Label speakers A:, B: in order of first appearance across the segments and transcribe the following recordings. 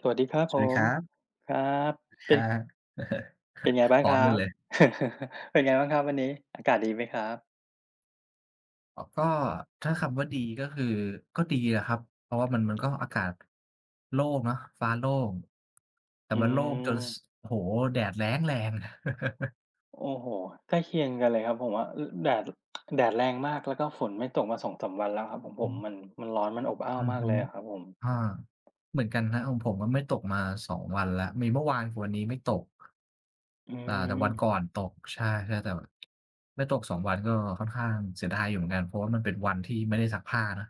A: สวัสดีครับ
B: ส
A: ผ
B: วัสดีค
A: ม
B: รับ
A: ครับ
B: ค
A: เป็
B: รั
A: น
B: บ
A: เป็นไง บ้า
B: พ
A: ง
B: ร้อ
A: ค
B: ม
A: รั
B: กัน
A: บ
B: เลย
A: เป็นไงบ้างครับวันนี้อากาศดีไหมครับ
B: อ๋อก็ถ้าคำว่าดีก็คือก็ดีนะครับ เพราะว่ามันก็อากาศโล่งเนาะฟ้าโล่งแต่
A: อื
B: มันโล่งจน
A: ม
B: สโอ้โฮแดดแล้งแรง
A: โอ้โฮใกล้เคียงกันเลยครับผมว่าอแดดแดดแรงมากแล้วก็ฝนไม่ตกมาสองสามวันแล้วครับของผ
B: อื
A: มมัน
B: ม
A: มันร้อนมันอบอ้าว
B: อือ
A: มาก
B: ฮึ
A: เลยอะครับผม
B: อาเหมือนกันครับของผมก็ไม่ตกมา2วันแล้วมีเมื่อวานกับวันนี้ไม่ตก
A: อื
B: แต่
A: ม
B: วันก่อนตกใช่ๆแต่แบบไม่ตก2วันก็ค่อนข้างเสียดายอยู่เหมือนกันเพราะว่ามันเป็นวันที่ไม่ได้ซักผ้านะ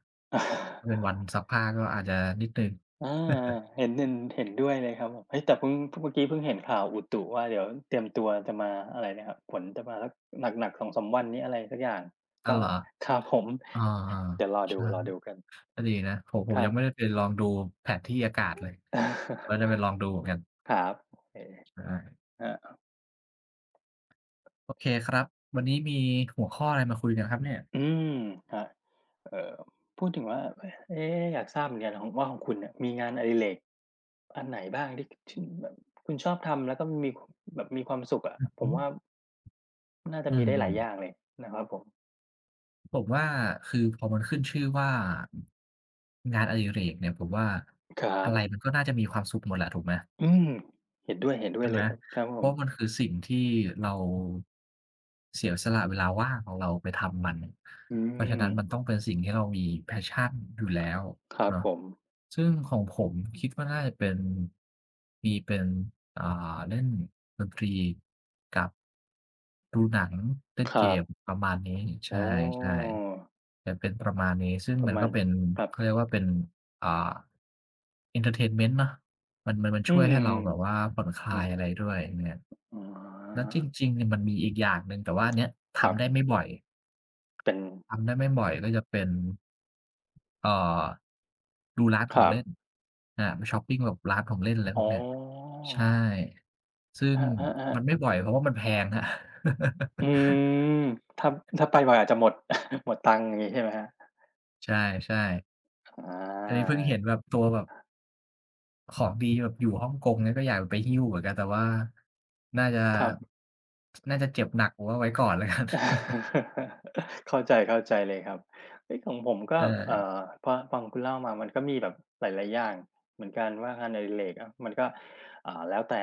B: ถ้าเป็นวันซักผ้าก็อาจจะนิดหนึ่ง
A: อาเห็นเห็นเห็นด้วยเลยครับผมเฮ้ยแต่เพิ่งเมื่อกี้เพิ่งเห็นข่าวอุตุว่าเดี๋ยวเตรียมตัวจะมาอะไรนะครับฝนจะมาสักหนักๆสองสามวันนี้อะไรสักอย่าง
B: อ้าว
A: ก็
B: เหรอ
A: ครับผม
B: อา
A: เดี๋ยวรอ
B: ๆ
A: ดู
B: ใช่
A: รอดูกัน
B: ก็ดีนะผมผ
A: ค
B: ม
A: รั
B: ยั
A: บ
B: งไม่ได้ไปลองดูแผนที่อากาศเลยว่าจะไป ลองดูเหมือนกัน
A: ครับโอเค
B: ใช่
A: ครับ
B: โอเคครับวันนี้มีหัวข้ออะไรมาคุยกันครับเนี่ย
A: อืมครับเอ่อพูดถึงว่าเอ๊อยากทราบเหมือนกันของว่าของคุณเนี่ยมีงานอดิเรกอันไหนบ้างที่ที่แบบคุณชอบทำแล้วก็มีแบบมีความสุขอะ
B: อือ
A: ผ
B: ฮึ
A: มว่าน่าจะ
B: อื
A: มีได้หลา
B: ม
A: ยอย่างเลยนะครับผม
B: ผมว่าคือพอมันขึ้นชื่อว่างานอดิเรกเนี่ยผมว่า
A: ครั
B: อะ
A: บ
B: ไรมันก็น่าจะมีความสุขหมดแหละถูกไหม
A: อืมเห็นด้วยเห็นด้ว
B: ใช่
A: ยเล
B: ไหม
A: ยครับครับผ
B: เพ
A: ม
B: ราะมันคือสิ่งที่เราเสียสละเวลาว่างของเราไปทำมัน
A: อื
B: เพราะฉะ
A: ม
B: นั้นมันต้องเป็นสิ่งที่เรามี passion อยู่แล้ว
A: ครับ
B: เนาะ
A: ผม
B: ซึ่งของผมคิดว่าน่าจะเป็นมีเป็นอ่าเล่นดนตรีกับดูหนังเล่น
A: ค
B: เก
A: รับ
B: มประมาณนี้
A: อ๋
B: ใช่
A: อ
B: ๆจะเป็นประมาณนี้ซึ่ง
A: ประ
B: มัน
A: มา
B: ก็
A: ณ
B: เป็น
A: ครับ
B: เขาเรียกว่าเป็นอ่าเอนเทอร์เทนเมนต์เนาะ มัน
A: อื
B: ช่ว
A: ม
B: ย
A: อื
B: ให้
A: ม
B: เราแบบว่าผ่อนค
A: อ
B: ลาย
A: ม
B: อะไรด้วยอเนี่ย
A: อ๋อ
B: แล้วจริงๆเนี่ยมันมีอีกอย่างหนึ่งแต่ว่าอันเนี้ย
A: ครั
B: ทำได้
A: บ
B: ไม่บ่อย
A: เป็น
B: ทำได้ไม่บ่อยก็จะเป็นเอ่อดูร้านข
A: ค
B: อง
A: รับ
B: เล่นอาไปชอปปิงแบบร้านของเล่นอะไรพว
A: อ๋
B: กเนี้ย
A: อ
B: ใช่ซึ่ง
A: ครัอา
B: มั
A: ๆ
B: นไม่
A: ๆ
B: บ่อยเพราะว่ามันแพงครับ
A: อื มถ้าถ้าไปบ่อยอาจจะหมด หมดตังค์อย่างงี้ใช่ไหมครับ
B: ใช่
A: อ
B: ๆอันนี้
A: า
B: เพิ่งเห็นแบบตัวแบบของดีแบบอยู่ฮ่องกงเนี่ยก็อยากไปหิ้วเหมือนกันแต่ว่าน่าจะ
A: ครับ
B: น่าจะเจ็บหนักผมว่าไว้ก่อนแล้วกัน
A: เข้าใจเข้าใจเลยครับเอ้ยของผมก็เอ่
B: ใช่
A: อพอฟังคุณเล่ามามันก็มีแบบหลายๆอย่างเหมือนกันว่างานอดิเรกอะมันก็อ่าแล้วแต่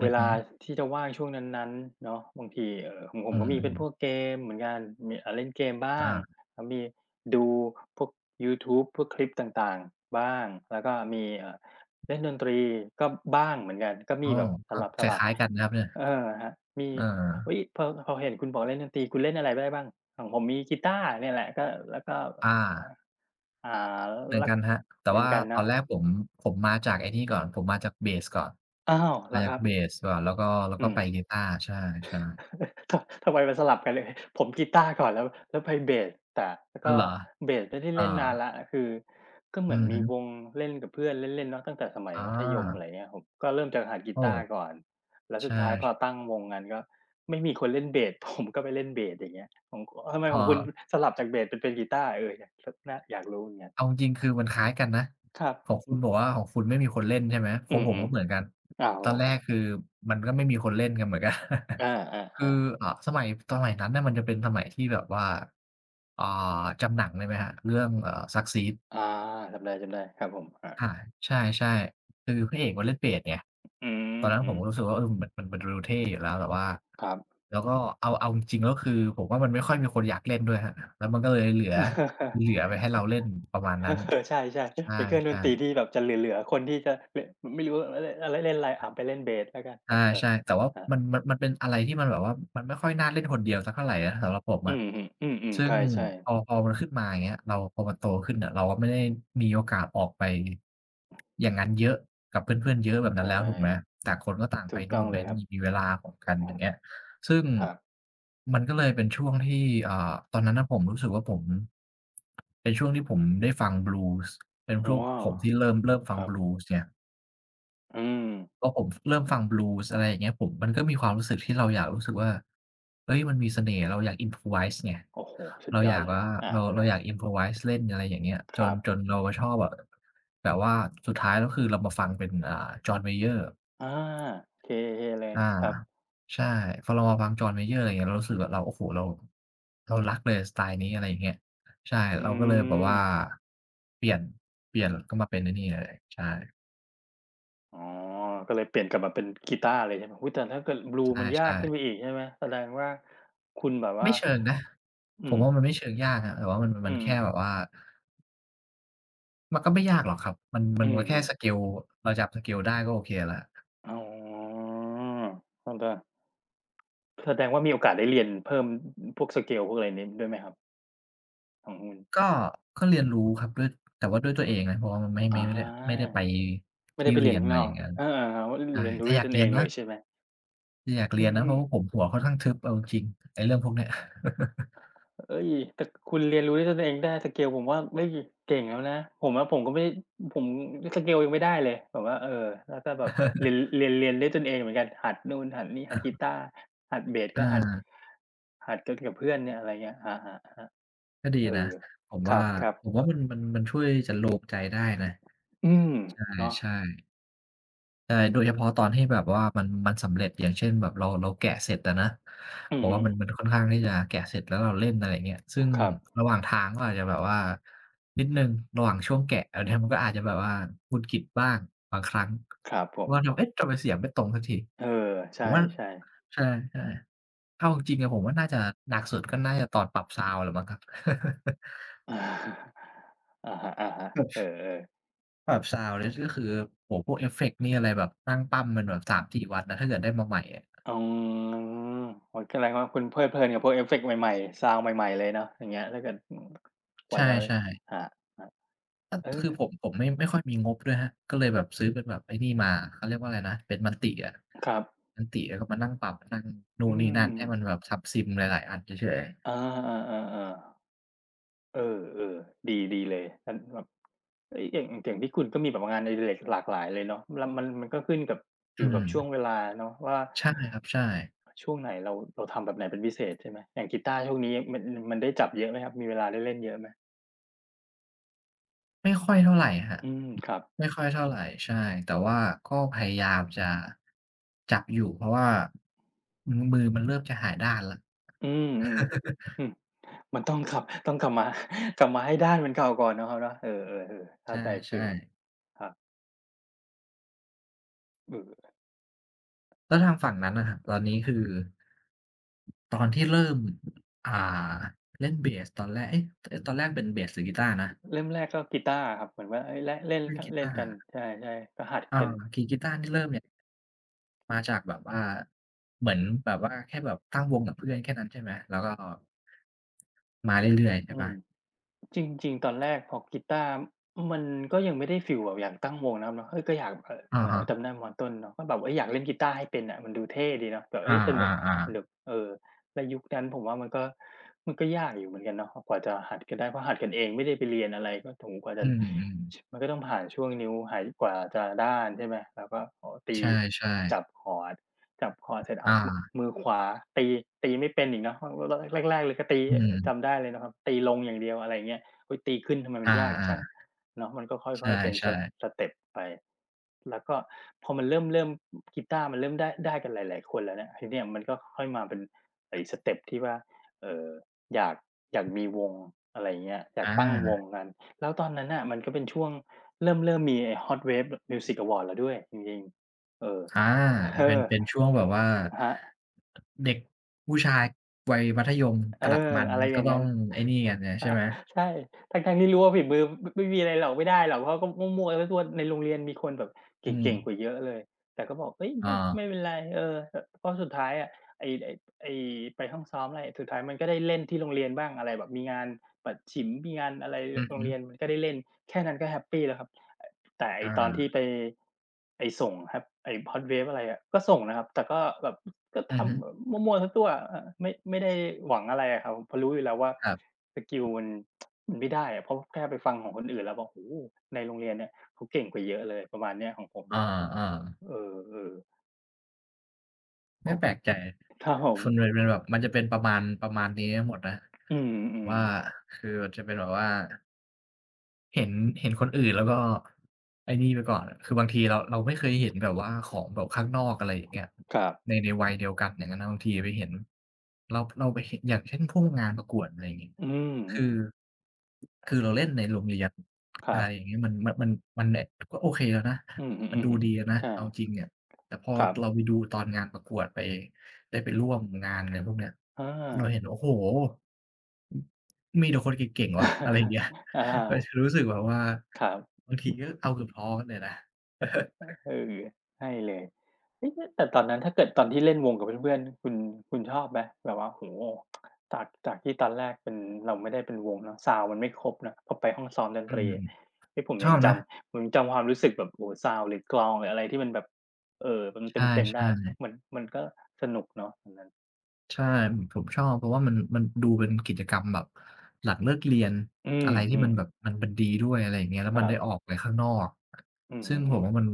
B: อื
A: เว
B: อ
A: ลา
B: ฮึ
A: ที่จะว่างช่วงนั้นๆเนาะบางทีของผม
B: อื
A: ก็มี
B: ม
A: เป็นพวก
B: ๆ
A: เกมเหมือนกันมีอ่ะเล่นเกมบ้า
B: อา
A: งแล้วมีดูพวกยูทูบพวกคลิปต่างๆบ้างแล้วก็มีเล่นดนตรีก็บ้างเหมือนกันก็
B: อ้อ
A: มีแบบส
B: ก็ค
A: ลับ
B: ล้ายๆกันนะครับเนี่ย
A: ๆเออฮะมี
B: เออ
A: เฮ้ยพอพอเห็นคุณบอกเล่นดนตรีคุณเล่นอะไรได้บ้างของผมมีกีตาร์เนี่ยแหละก็แล้วก็
B: อา
A: อ่าอ่า
B: เหมือน
A: ลัก
B: กันครับแต่
A: เหมือน
B: ว่า
A: กัน
B: ตอน
A: เนาะ
B: แรกผมมาจากไอ้นี่ก่อน ผมมาจากเบสก่อน
A: อ้าวเหร
B: มา
A: อค
B: จาก
A: รับ
B: เบสก่อนแล้วก็ แล้ว
A: อื
B: ก็
A: ม
B: ไปกีตาร์ใช่ๆ
A: ทำไมมันสลับกันเลยผมกีตาร์ก่อนแล้วแล้วไปเบสแต่แล้ว
B: อ้าว
A: ก็
B: เหรอ
A: เบสไม่ได้
B: เออ
A: เล่นนานแล้วคือก็เห
B: อื
A: มือน
B: อ
A: มี
B: ฮึ
A: วงเล่นกับเพื่อนเล่นๆเนาะตั้งแต่สมัย
B: อ๋อ
A: มัธยมอะไรเงี้ยครับก็เริ่มจากหัดกี
B: โอ้
A: ตาร์ก่อนแล้วสุด
B: ใช่
A: ท้ายพอตั้งวงกันก็ไม่มีคนเล่นเบส ผมก็ไปเล่นเบสอย่างเงี้ยของทำไม
B: ขอ๋
A: ข
B: อ
A: องคุณสลับจากเบสไปเป็นกีตาร์เอออยากสน่าอยากรู้เหมือนกัน
B: เอาจริงๆคือมันคล้ายกันนะ
A: ครับ
B: ของคุณบอกว่าของคุณไม่มีคนเล่นใช่ไหมข
A: อื
B: องผมก็
A: ม
B: เหมือนกัน
A: ๆอ้าว
B: ต
A: เหร
B: อน
A: อ
B: แร
A: ครับ
B: กคือมันก็ไม่มีคนเล่นกันเหมือนกัน
A: อ
B: คื
A: า
B: อ
A: ๆ
B: สมัยนั้นน่ะมันจะเป็นสมัยที่แบบว่าอ่จำหนังได้ไหมครับเรื่องSucceed
A: ๆอาจำได้ๆครับผมอา
B: อาใช่ๆคือพระเอกมันเล่นเบสไง
A: อื
B: ตอนนั้นผมก็รู้
A: ม
B: สึกว่าเออมันดูเท่อยู่แล้วแต่ว่า
A: ๆครับ
B: แล้วก็เอาจริงๆแล้วคือผมว่ามันไม่ค่อยมีคนอยากเล่นด้วยครับแล้วมันก็เลยเหลือไว้ให้เราเล่นประมาณนั้น
A: ใช่ใช่
B: ใ
A: เป็นเครื่องด
B: ช่
A: นตรี
B: ๆ
A: ที่แบบจะเหลือๆคนที่จะเลนไม่รู้อะไรอะไรเล่นอะไรอาไปเล่นเบสแล้วกันเอ
B: อา
A: อ
B: ใช่แต่ว่า
A: ๆออับ
B: มันเป็นอะไรที่มันแบบว่ามันไม่ค่อยน่าเล่นคนเดียวสักเท่าไรนะสำหรับผม
A: อื
B: อะ
A: มอืม
B: ซึ่
A: ๆ
B: ง
A: ใช่ใช่
B: พอมันขึ้นมาอย่างเงี้ยเราพอมันโตขึ้นอะเราก็ไม่ได้มีโอกาสออกไปอย่างงั้นเยอะกับเพื่อนๆเยอะแบบนั้น
A: ใช่
B: แล้วถูกไหมต่างคนก็ต่างไป
A: ถูกต้
B: นู่
A: อง
B: นไป
A: เลยครับ
B: นี่มีเวลาของกันอย่างเงี้ยซึ่ง
A: ครับ
B: มันก็เลยเป็นช่วงที่ตอนนั้นน่ะผมรู้สึกว่าผมเป็นช่วงที่ผมได้ฟังบลูส์เป็น
A: อ๋
B: ช่
A: อ
B: วงผมที่เริ่มฟั
A: ค
B: ง
A: รั
B: บ
A: บ
B: ลูส์ไง
A: อืม
B: พอผมเริ่มฟังบลูส์อะไรอย่างเงี้ยผมมันก็มีความรู้สึกที่เราอยากรู้สึกว่าเฮ้ยมันมีเสน่ห์เราอยาก improvise ไง
A: โอ้โหสุด
B: เรา
A: ย
B: อ
A: อด
B: ยาก
A: เลย
B: ว่าเรา
A: อา
B: อยาก improvise เล่นอะไรอย่างเงี้ยจ
A: ค
B: น
A: รับ
B: จนเรามาชอบแบบแบบว่าสุดท้ายแล้วคือเรามาฟังเป็นJohn Mayer
A: อาโอเคๆเลย
B: อา
A: ครับ
B: ใช่พอเรามาฟัง John Mayer อะไรอย่างเงี้ยเรารู้สึกว่าเราโอ้โฮเรารักเลยสไตล์นี้อะไรอย่างเงี้ยใช่
A: อื
B: เราก็เลยแบบ
A: ม
B: ว่าเปลี่ยนเปลี่ยนก็มาเป็นไอ้นี่เลยใช่
A: อ๋อก็เลยเปลี่ยนกลับมาเป็นกีตาร์เลยใช่ไหมอุ๊ยแต่ถ้าเกิดบลูมันยาก
B: ใช่
A: ขึ้นไป
B: ๆ
A: อีกใช่ไหมแสดงว่าคุณแบบว่า
B: ไม่เชิงนะผ
A: อื
B: ม
A: ม
B: ว่ามันไม่เชิงยากครับแต่ว่ามันมั
A: อื
B: น
A: ม
B: แค่แบบว่ามันก็ไม่ยากหรอกครับมันมั
A: อื
B: นก็แค่
A: ม
B: สเก
A: ๆ
B: ลเราจับสเกลได้ก็โอเคแล้ว
A: อ๋อมันก็แสดงว่ามีโอกาสได้เรียนเพิ่มพวกสเกลพวกอะไรนี้ด้วยไหมครับของคุณ
B: ก็ก็เรียนรู้ครับด้วยแต่ว่าด้วยตัวเองนะเพราะว่ามันไม่
A: อ
B: ไม่ไม่ได้ไม่ได้
A: า
B: ไป
A: ไม่ได้
B: ที่
A: ไป
B: เรี
A: เรีย
B: ย
A: น
B: น
A: ข้า
B: อะ
A: ง
B: ไร
A: น
B: อ
A: อก
B: ย่างงั้น
A: เออๆครับ
B: ใช่
A: เรียนรู้
B: แต่อ
A: ด้วย
B: ยา
A: ต
B: ก
A: น
B: เรี
A: เอ
B: ยน
A: งเล
B: นะ
A: ยใช่ไหม
B: แต่อยากเรี
A: อื
B: ยนนะเพ
A: ม
B: ราะว่าผมหัวค่อนข้างทึบเอาจริงๆไอ้เรื่องพวกเนี้ย
A: ๆเฮ้ยแต่คุณเรียนรู้ด้วยตนเองได้สเกลผมว่าเฮ้ยเก่งแล้วนะผมว่าผมก็ไม่ผมสเกลยังไม่ได้เลยแบบว่าเออแล้วก็แบบเรียนด้วยตนเองเหมือนกันหัดนู่นหัดนี่หัดกี ตาร์หัดเบสก็
B: อา
A: หัดหัดกันกับเพื่อนเนี่ยอะไรเงี้ยครับๆ
B: ก็ดี
A: ๆเอ
B: นะ
A: อ
B: ผม
A: คร
B: ว่า
A: ับ
B: ผ
A: ๆ
B: มว่ามันช่วยจันโลมใจได้นะ
A: อืมเนาะ
B: ใช่ๆ ใช่โดยเฉพาะตอนที่แบบว่ามันสำเร็จอย่างเช่นแบบเราแกะเสร็จอะนะ
A: อื
B: บ
A: อ
B: อก
A: ฮึ
B: ว่ามันค่อนข้างที่จะแกะเสร็จแล้วเราเล่นอะไรอย่างเงี้ยซึ่ง
A: ครับ
B: ระหว่างทางก็อาจจะแบบว่านิดหนึ่งระหว่างช่วงแกะอันเนี้ยมันก็อาจจะแบบว่าหงุดหงิดบ้างบางครั้ง
A: ครับผม
B: ว่าเราเอ๊ะทำไมเสียงไม่ตรงสักที
A: เออ
B: ผ
A: ใช
B: มว่า
A: ่ๆ
B: ใช่ๆเอาจริงๆอะผมว่าน่าจะหนักสุดก็น่าจะตอนปรับซาวนด์แหละมั้งครับ
A: อาอะฮะๆเอ
B: แบบ
A: อๆ
B: ปรับซาวนด์เนี่ยก็คือโอ้โฮพวกเอฟเฟกต์นี่อะไรแบบตั้งปั้มมันแบบสามสี่วันนะถ้าเกิดได้มาใหม่อะ
A: อ๋อโอ้โฮแสดงว่าคุณเพลิดเพลินกับพวกเอฟเฟกต์ใหม่ๆซาวนด์ใหม่ๆเลยเนาะอย่างเงี้ยถ้าเกิดอืมก
B: ใช
A: ว่าจะ
B: ่
A: ค
B: ๆ
A: รับ
B: ก็
A: ๆเออ
B: คือผมไม่ค่อยมีงบด้วยครับก็เลยแบบซื้อเป็นแบบไอ้นี่มาเขาเรียกว่าอะไรนะเป็น Multi อะ
A: ครับ
B: Multi แล้วก็มานั่งปรับนั่งนู่
A: อื
B: นนี่นั่น
A: ม
B: ให้
A: ๆ
B: มันแบบซับซิมหลายๆอันเฉย
A: อาๆๆๆ เออเออดีดีเลยมันแบบเฮ้ยอย่างอย่างที่คุณก็มีแบบว่างานอดิเรกหลากหลายเลยเนาะแล้วมันมันก็ขึ้นกับ
B: ๆ
A: อ
B: อื
A: ยู่กับ
B: ม
A: ช่วงเวลาเนาะว่า
B: ใช่ครับใช่
A: ช่วงไหนเราเราทำแบบไหนเป็นพิเศษใช่ไหมอย่างกีตาร์ช่วงนี้มันมันได้จับเยอะไหมครับมีเวลาได้เล่นเยอะไหม
B: ไม่ค่อยเท่าไรครับ
A: อืมครับ
B: ไม่ค่อยเท่าไรใช่แต่ว่าก็พยายามจะจับอยู่เพราะว่ามือมันเริ่มจะหายด้านแล้ว
A: อืมๆอืมมันต้องกลับต้องกลับมา กลับมาให้ด้านเหมือนเก่าก่อนเนาะครับเนาะเออๆๆ
B: ใ
A: เข้าใจ
B: ช่
A: ฟีล
B: ๆ
A: ครับเออ
B: แล้วทางฝั่งนั้นนะครับตอนนี้คือตอนที่เริ่มอ่าเล่นเบสตอนแรกเอ๊ะเอ๊ะตอนแรกเป็นเบสหรือกีตาร์นะ
A: เริ่มแรกก็กีตาร์อะครับเหมือนว่าเฮ้ยและเล่น
B: เล่น
A: ก
B: กี
A: เล่น
B: ตา
A: กัน
B: ร์
A: ใช่ๆก็หัด
B: อา
A: กัน
B: กีตาร์ที่เริ่มเนี่ยมาจากแบบว่าเหมือนแบบว่าแค่แบบตั้งวงกับเพื่อนแค่นั้นใช่ไหมแล้วก็มาเรื่อยๆใช่
A: อื
B: เปล่า
A: ม จริงๆตอนแรกพอกีตาร์มันก็ยังไม่ได้ฟีลแบบอยากตั้งวงนะครับเนาะเฮ้ยก็อยาก
B: อะฮะ
A: จำได้มต้นเนาะก็แบบเฮ้ยอยากเล่นกีตาร์ให้เป็นอะมันดูเท่ดีเนาะแบบ
B: อ
A: เฮ้ยสนุก
B: า
A: ส
B: ๆๆ
A: นุกเออแล้วยุคนั้นผมว่ามันก็ยากอยู่เหมือนกันเนาะกว่าจะหัดกันได้เพราะหัดกันเองไม่ได้ไปเรียนอะไรก็โอ้โฮกว่าจะ
B: อืม
A: ช
B: ๆ
A: มันก็ต้องผ่านช่วงนิ้วหายกว่าจะด้านใช่ไหมแล้วก็โอ้โฮ
B: ใ
A: ตี
B: ช่
A: จับ
B: ๆ
A: คอร์ดจับคอร์ดเสร็จอ้าว
B: อา
A: มือขวาตีตีไม่เป็นอีกเนาะเพราะรแรกๆเลยก็ตี
B: อื
A: จำ
B: ม
A: ได้เลยนะครับตีลงอย่างเดียวอะไรอย่างเงี้ย เฮ้ยตีขึ้นทำไมมัน
B: อา
A: ยากจังเนาะมันก็ค่
B: ๆใ
A: อยๆเป็นส
B: ช่
A: ส
B: ๆ
A: เต็ปไปแล้วก็พอมันเริ่มกีตาร์มันเริ่มได้กันหลายๆคนแล้วเนี่ยทีเนี้ยมันก็ค่อยมาเป็นไอ้สเต็ปที่ว่าเอ่ออยากอยากมีวงอะไรอย่างเงี้ยอยากตั้งว
B: อา
A: งกันแล้วตอนนั้นน่ะมันก็เป็นช่วงเริ่มมีไอ้ Hot Wave Music Awards แล้วด้วยจริงๆเออ
B: อา
A: เออ
B: เป็นเป็นช่วงแบบว่า
A: ครับ
B: เด็กผู้ชายวัยมัธยม
A: เอ
B: ก
A: อ
B: ลัดมัน
A: อะไรอ
B: ก็
A: ย่าง
B: ต้อ
A: งั้
B: ง
A: น
B: ไอ้นี่กันไงใช่ไหม
A: ใช่ทั้งๆที่รู้ว่าฝีมือมไม่มีอะไรหรอกไม่ได้หรอกเพราะก็มั่วๆซั่วๆในโรงเรียนมีคนแบบเก
B: อื
A: ่งๆก
B: ม
A: ว่าเยอะเลยแต่ก็บอกเฮ้ยไม่
B: อา
A: ไม่เป็นไรเอออเพราะสุดท้ายอะไอ้ไอ้ไอ้ไปห้องซ้อมไรสุดท้ายมันก็ได้เล่นที่โรงเรียนบ้างอะไรแบบมีงานปัดฉิมมีงานอะไร
B: อือ
A: โรง
B: ฮึ
A: เรียนมันก็ได้เล่นแค่นั้นก็แฮปปีแล้วครับอแต่ไอ้ตอน
B: อา
A: ที่ไปไอ้ส่งครับไอ้ Hot Wave อะไรอะก็ส่งนะครับแต่ก็แบบ ก็ท
B: อือฮึ
A: ำมั่วๆสียตัวเออไม่ได้หวังอะไรอะครับเพราะรู้อยู่แล้วว่า
B: ครับ
A: สกิลมันไม่ได้อะเพราะแค่ไปฟังของคนอื่นแล้วแบอกโอ้โฮในโรงเรียนเนี่ยเขาเก่งกว่าเยอะเลยประมาณเนี้ยของผม
B: อาๆ
A: เออๆข
B: ไม่
A: อง
B: แป
A: ค
B: ล
A: ร
B: กใจ
A: ับผม
B: ส่วนใหญ่เป็นแบบมันจะเป็นประมาณประมาณนี้ทั้งหมดนะ
A: อืม
B: ว่า
A: ๆ
B: คือมันจะเป็นแบบว่า เห็นเห็นคนอื่นแล้วก็ไอ้นี่ไปก่อนอะคือบางทีเราไม่เคยเห็นแบบว่าของแบบข้างนอกอะไรอย่างเงี้ย
A: ครับ
B: ในในวัยเดียวกันอย่างงั้นนะบางทีไปเห็นเราไปเห็นอย่างเช่นพวกงานประกวดอะไรอย่างงี้
A: อื
B: คือ
A: มๆ
B: คือเราเล่นในโรงเรียน
A: ค
B: อะ
A: รั
B: ไร
A: บ
B: อย่างงี้มันเนี่ยก็โอเคแล้วนะ
A: อือ
B: มัน
A: ฮึ
B: ดูดีแล้วนะ
A: ๆใช่
B: เอาจริงอะแต่พอ
A: ครับ
B: เราไปดูตอนงานประกวดไปได้ไปร่วมงานอะไรพวกเนี้ย
A: อ
B: เรา
A: า
B: เห็นโอ้โฮ อืมมีแต่คนเก่งๆว่ะ อะไรอย่างเงี้ย
A: อา
B: เราจะรู้สึกแบบว่า
A: ครับ
B: บางทีก็เอาเกือบท้อเลยนะ
A: เ ออใช่เลยเฮ้ยแต่ตอนนั้นถ้าเกิดตอนที่เล่นวงกับเพื่อนๆคุณชอบไหมแบบว่าโอ้โฮจากที่ตอนแรกเป็นเราไม่ได้เป็นวงเนาะซาวด์มันไม่ครบเนาะพอไปห้องซ้อมดน
B: อื
A: ตรี
B: ม
A: เฮ้ยผม
B: ชอ
A: ยั
B: บ
A: งจ
B: นะ
A: ำผมยังจำความรู้สึกแบบโอ้โฮซาวด์หรือกลองหรืออะไรที่มันแบบมัน
B: ใ
A: เต็มๆ
B: ช่
A: ได้
B: ๆ
A: มันก็สนุกเนาะตอนนั้น
B: ใช่ผมชอบเพราะว่ามันมันดูเป็นกิจกรรมแบบหลังเลิกเรียน
A: อื
B: อะไรที่มมั
A: ม
B: นแบบ
A: ๆ
B: มันมันดีด้วยอะไรอย่างเงี้ยแล้ว
A: ค
B: มัน
A: รั
B: ได้ออ
A: บ
B: กไปข้างนอก
A: อื
B: ซึ่งผม
A: ม
B: ว่ามั
A: ๆ
B: น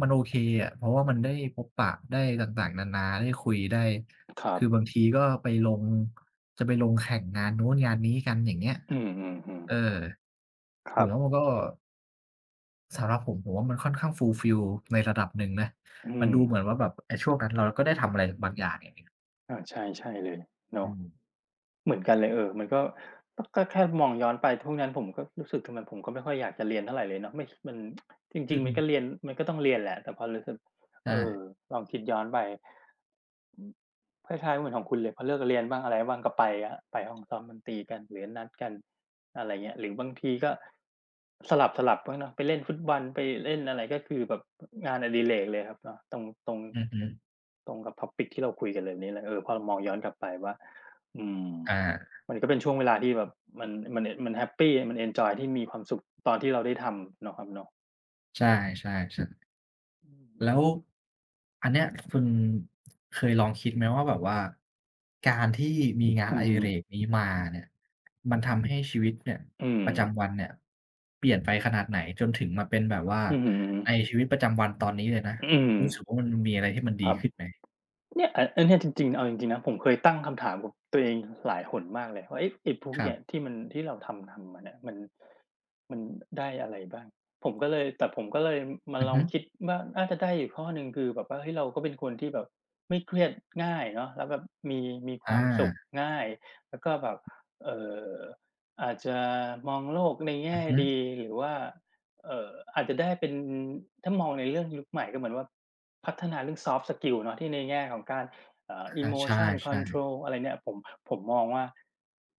B: มันโอเคอะเพราะว่ามันได้พบปะได้ต่างๆนานาได้คุยได้
A: ๆครับ
B: คือบางทีก็ไปลงจะไปลงแข่งงานนู้นงานนี้กันอย่างเงี้ย
A: อืม
B: เอ
A: ๆ
B: อ
A: ๆค
B: ผ
A: รั
B: ม
A: บ
B: ว่ามันก็สำหรับผมว่ามันค่อนข้าง fulfill ในระดับหนึ่งนะ
A: อื
B: มัน
A: ม
B: ดูเหมือนว่าแบบไอ้ช่วงนั้นเราก็ได้ทำอะไรบางอย่างอย่างเงี้ย
A: อาใช่ใช่เลย
B: อื
A: เนาะ
B: ม
A: เหมือนกันเลยเออมันก็แค่มองย้อนไปช่วงนั้นผมก็รู้สึกทำไมผมก็ไม่ค่อยอยากจะเรียนเท่าไรเลยเนาะไม่มันจริงๆมันก็เรียน มันก็ต้องเรียนแหละแต่พอรู้สึกเออ
B: ใช่
A: ลองคิดย้อนไปอืมคล้ายๆเหมือนของคุณเลยพอเลิกเรียนบ้างอะไรบ้างก็ไปแล้วไปห้องซ้อมดนตรีกันหรือนัดกันอะไรเงี้ยหรือบางทีก็สลับๆบ้างเนาะไปเล่นฟุตบอลไปเล่นอะไรก็คือแบบงานอดิเรกเลยครับเนาะตรงตรง
B: อือฮึ
A: ตรงกับ topic ที่เราคุยกันเลยนี้เลยเออพอมองย้อนกลับไปว่าอืม
B: อา
A: มันก็เป็นช่วงเวลาที่แบบมันแฮปปีมันเอนจอยที่มีความสุขตอนที่เราได้ทำเนาะครับเนาะ
B: ใช่ๆๆแล้วอันเนี้ยคุณเคยลองคิดไหมว่าแบบว่าการที่มีงาน
A: อื
B: อดิ
A: ม
B: เรกนี้มาเนี่ยมันทำให้ชีวิตเนี่ย
A: อืม
B: ประ
A: อื
B: จำวั
A: ม
B: นเนี่ยเปลี่ยนไปขนาดไหนจนถึงมาเป็นแบบว่า
A: อืมอือฮึ
B: ในชีวิตประจำวันตอนนี้เลยนะ
A: อืม
B: รู้สึกว่ามันมีอะไรที่มันดี
A: ครับ
B: ขึ้นไหม
A: เนี่ยอันเนี้ยจริงๆเอาจริงๆนะผมเคยตั้งคำถามกับตัวเองหลายหนมากเลยว่าเอ๊ะไอ้พวก
B: ครั
A: เนี่ย
B: บ
A: ที่มันที่เราทำมาเนี่ยมันได้อะไรบ้างผมก็เลยแต่ผมก็เลยมา
B: อือ
A: ลอ
B: ฮึ
A: งคิดว่าน่าจะได้อยู่ข้อหนึ่งคือแบบว่าเฮ้ยเราก็เป็นคนที่แบบไม่เครียดง่ายเนาะแล้วแบบมีมีค
B: อา
A: วามสุขง่ายแล้วก็แบบเอ่ออาจจะมองโลกใน
B: อื
A: แง่
B: อฮึ
A: ดีหรือว่า เอ่ออาจจะได้เป็นถ้ามองในเรื่องยุคใหม่ก็เหมือนว่าพัฒนาเรื่อง Soft Skill เนาะที่ในแง่ของการ
B: อาใช
A: Emotion
B: ่
A: Control อะไรเนี่ยผมมองว่า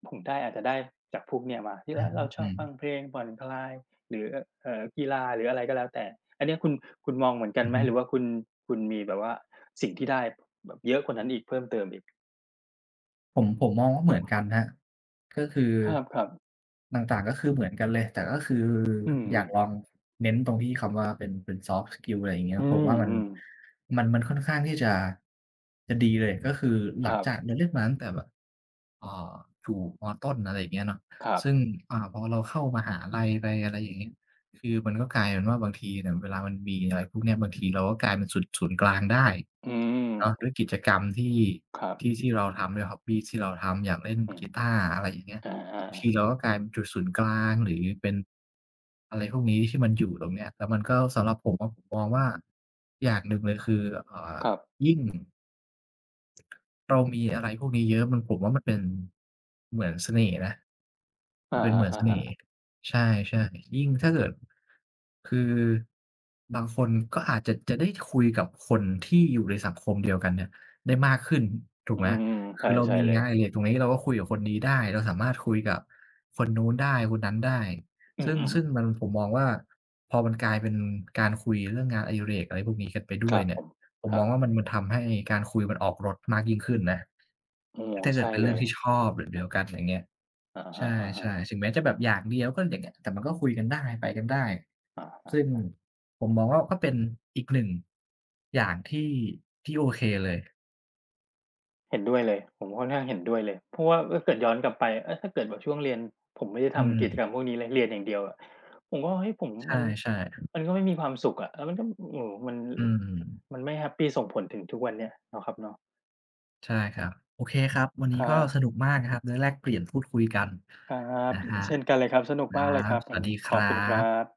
A: ผมได้อาจจะได้จากพวกเนี่ยมา
B: ๆ
A: ที่
B: อื
A: เฮ้
B: อ
A: ย
B: ฮึ
A: เราช
B: อื
A: อบ
B: ม
A: ฟังเพลงผ่อนคลายหรือกีฬาหรืออะไรก็แล้วแต่อันเนี้ยคุณมองเหมือนกัน
B: อือ
A: ไหม
B: ฮึ
A: หรือว่าคุณมีแบบว่าสิ่งที่ได้แบบเยอะกว่านั้นอีกเพิ่มเติมอีก
B: ผมมองว่าเหมือนกันครับก็คือ
A: ครับ
B: ต่างๆก็คือเหมือนกันเลยแต่ก็คือ
A: ๆอื
B: อยา
A: ม
B: กลองเน้นตรงที่คำว่าเป็นเป็นซอฟต์สกิลอะไรอย่างเงี้
A: ๆ
B: ย
A: อื
B: ผมว่ามัน
A: ม
B: มันมันค่อนข้างที่จะจะดีเลยก็คือ
A: ๆ
B: ห
A: คร
B: ลังจากเราเล่นมาตั้งแต่แบบ เอ่ออยู่มต้นอะไรอย่างเงี้ยเนาะ
A: ับ
B: ซึ่
A: ๆ
B: งพอเราเข้ามหาลัยไปอะไรอย่างเงี้ยคือมันก็กลายเป็นว่าบางทีเนี่ยเวลามันมีอะไรพวกเนี้ยบางทีเราก็กลายเป็นศูนย์กลางได้
A: อืม
B: เนาะด้วยกิจกรรมที่
A: ครับ
B: ที่เราทำด้วยฮ็อบบีที่เราทำอย่างเล่น
A: อืม
B: กีตาร์อะไรอย่างเงี้ย
A: อ
B: บางที
A: า
B: เราก็กลายเป็นจุดศูนย์กลางหรือเป็นอะไรพวกนี้ที่มันอยู่ตรงเนี้ยแล้วมันก็สำหรับผมอะผมมองว่าอย่างหนึ่งเลยคือเอ่อ
A: ๆครับ
B: เรามีอะไรพวกนี้เยอะมันผมว่ามันเป็นเหมือนเสน่ห์นะมั
A: อา
B: นเป็นเหมือนเส
A: ฮะ
B: น่ห์ใช่ๆยิ่งถ้าเกิดคือบางคนก็อาจจะจะได้คุยกับคนที่อยู่ในสังคมเดียวกันเนี่ยได้มากขึ้นถู
A: ๆ
B: ก
A: อื
B: ไหม
A: ม
B: คื
A: ใช่
B: อเรา
A: ใช่
B: มี
A: เลย
B: งานอดิเรกตรงนี้เราก็คุยกับคนนี้ได้เราสามารถคุยกับคนนู้นได้คนนั้นได้
A: อื
B: ซึ่ง
A: อๆ
B: ซึ่งมันผมมองว่าพอมันกลายเป็นการคุยเรื่องงานอดิเรกอะไรพวกนี้กันไปด้
A: ค
B: วย
A: รับผ
B: เนี่ย
A: ม
B: ผม
A: ค
B: ม
A: รั
B: อ
A: บ
B: งว่ามันทำให้การคุยมันออกรสมากยิ่งขึ้นนะ
A: โอ้โฮ
B: ถ้าเกิด
A: ใช่
B: เป็น
A: เล
B: เรื่อง
A: ย
B: ที่ชอบแบบเดียวกันอย่างเงี้ย
A: อะ
B: ใช
A: ฮะ
B: ่ๆ
A: ๆ
B: ถึงแม้จะแบบอย่างเดียวก็อย่างเงี้ยแต่มันก็คุยกันได้ไปกันได้
A: ๆอะ
B: ซึ่ง
A: ฮะ
B: ผมมองว่าก็เป็นอีกหนึ่งอย่างที่ที่โอเคเลย
A: เห็นด้วยเลยผมค่อนข้างเห็นด้วยเลยเพราะว่าถ้าเกิดย้อนกลับไปเอยถ้าเกิดแบบช่วงเรียนผมไม่ได้
B: อืม
A: ทำกิจกรรมพวกนี้เลยเรียนอย่างเดียวอะผมก็เฮ้ยผม
B: ใ
A: มัน
B: ช่ๆ
A: มันก็ไม่มีความสุขอะแล้วมันก็โอ้โฮมัน
B: อื
A: มั
B: ม
A: นไม่แฮปปีส่งผลถึงทุกวันเนี้ยเนาะครับเนาะ
B: ใช่ครับโอเคครับวันนี้
A: ครั
B: ก็
A: บ
B: สนุกมากนะครับได้แลกเปลี่ยนพูดคุยกัน
A: ครับ
B: นะครับ
A: เช่นกันเลยครับสนุก
B: ครั
A: มากเลยค
B: บ
A: รับ
B: ส
A: ผ
B: วั
A: ม
B: สดีค
A: ขอบ
B: รั
A: คุณครับ
B: บ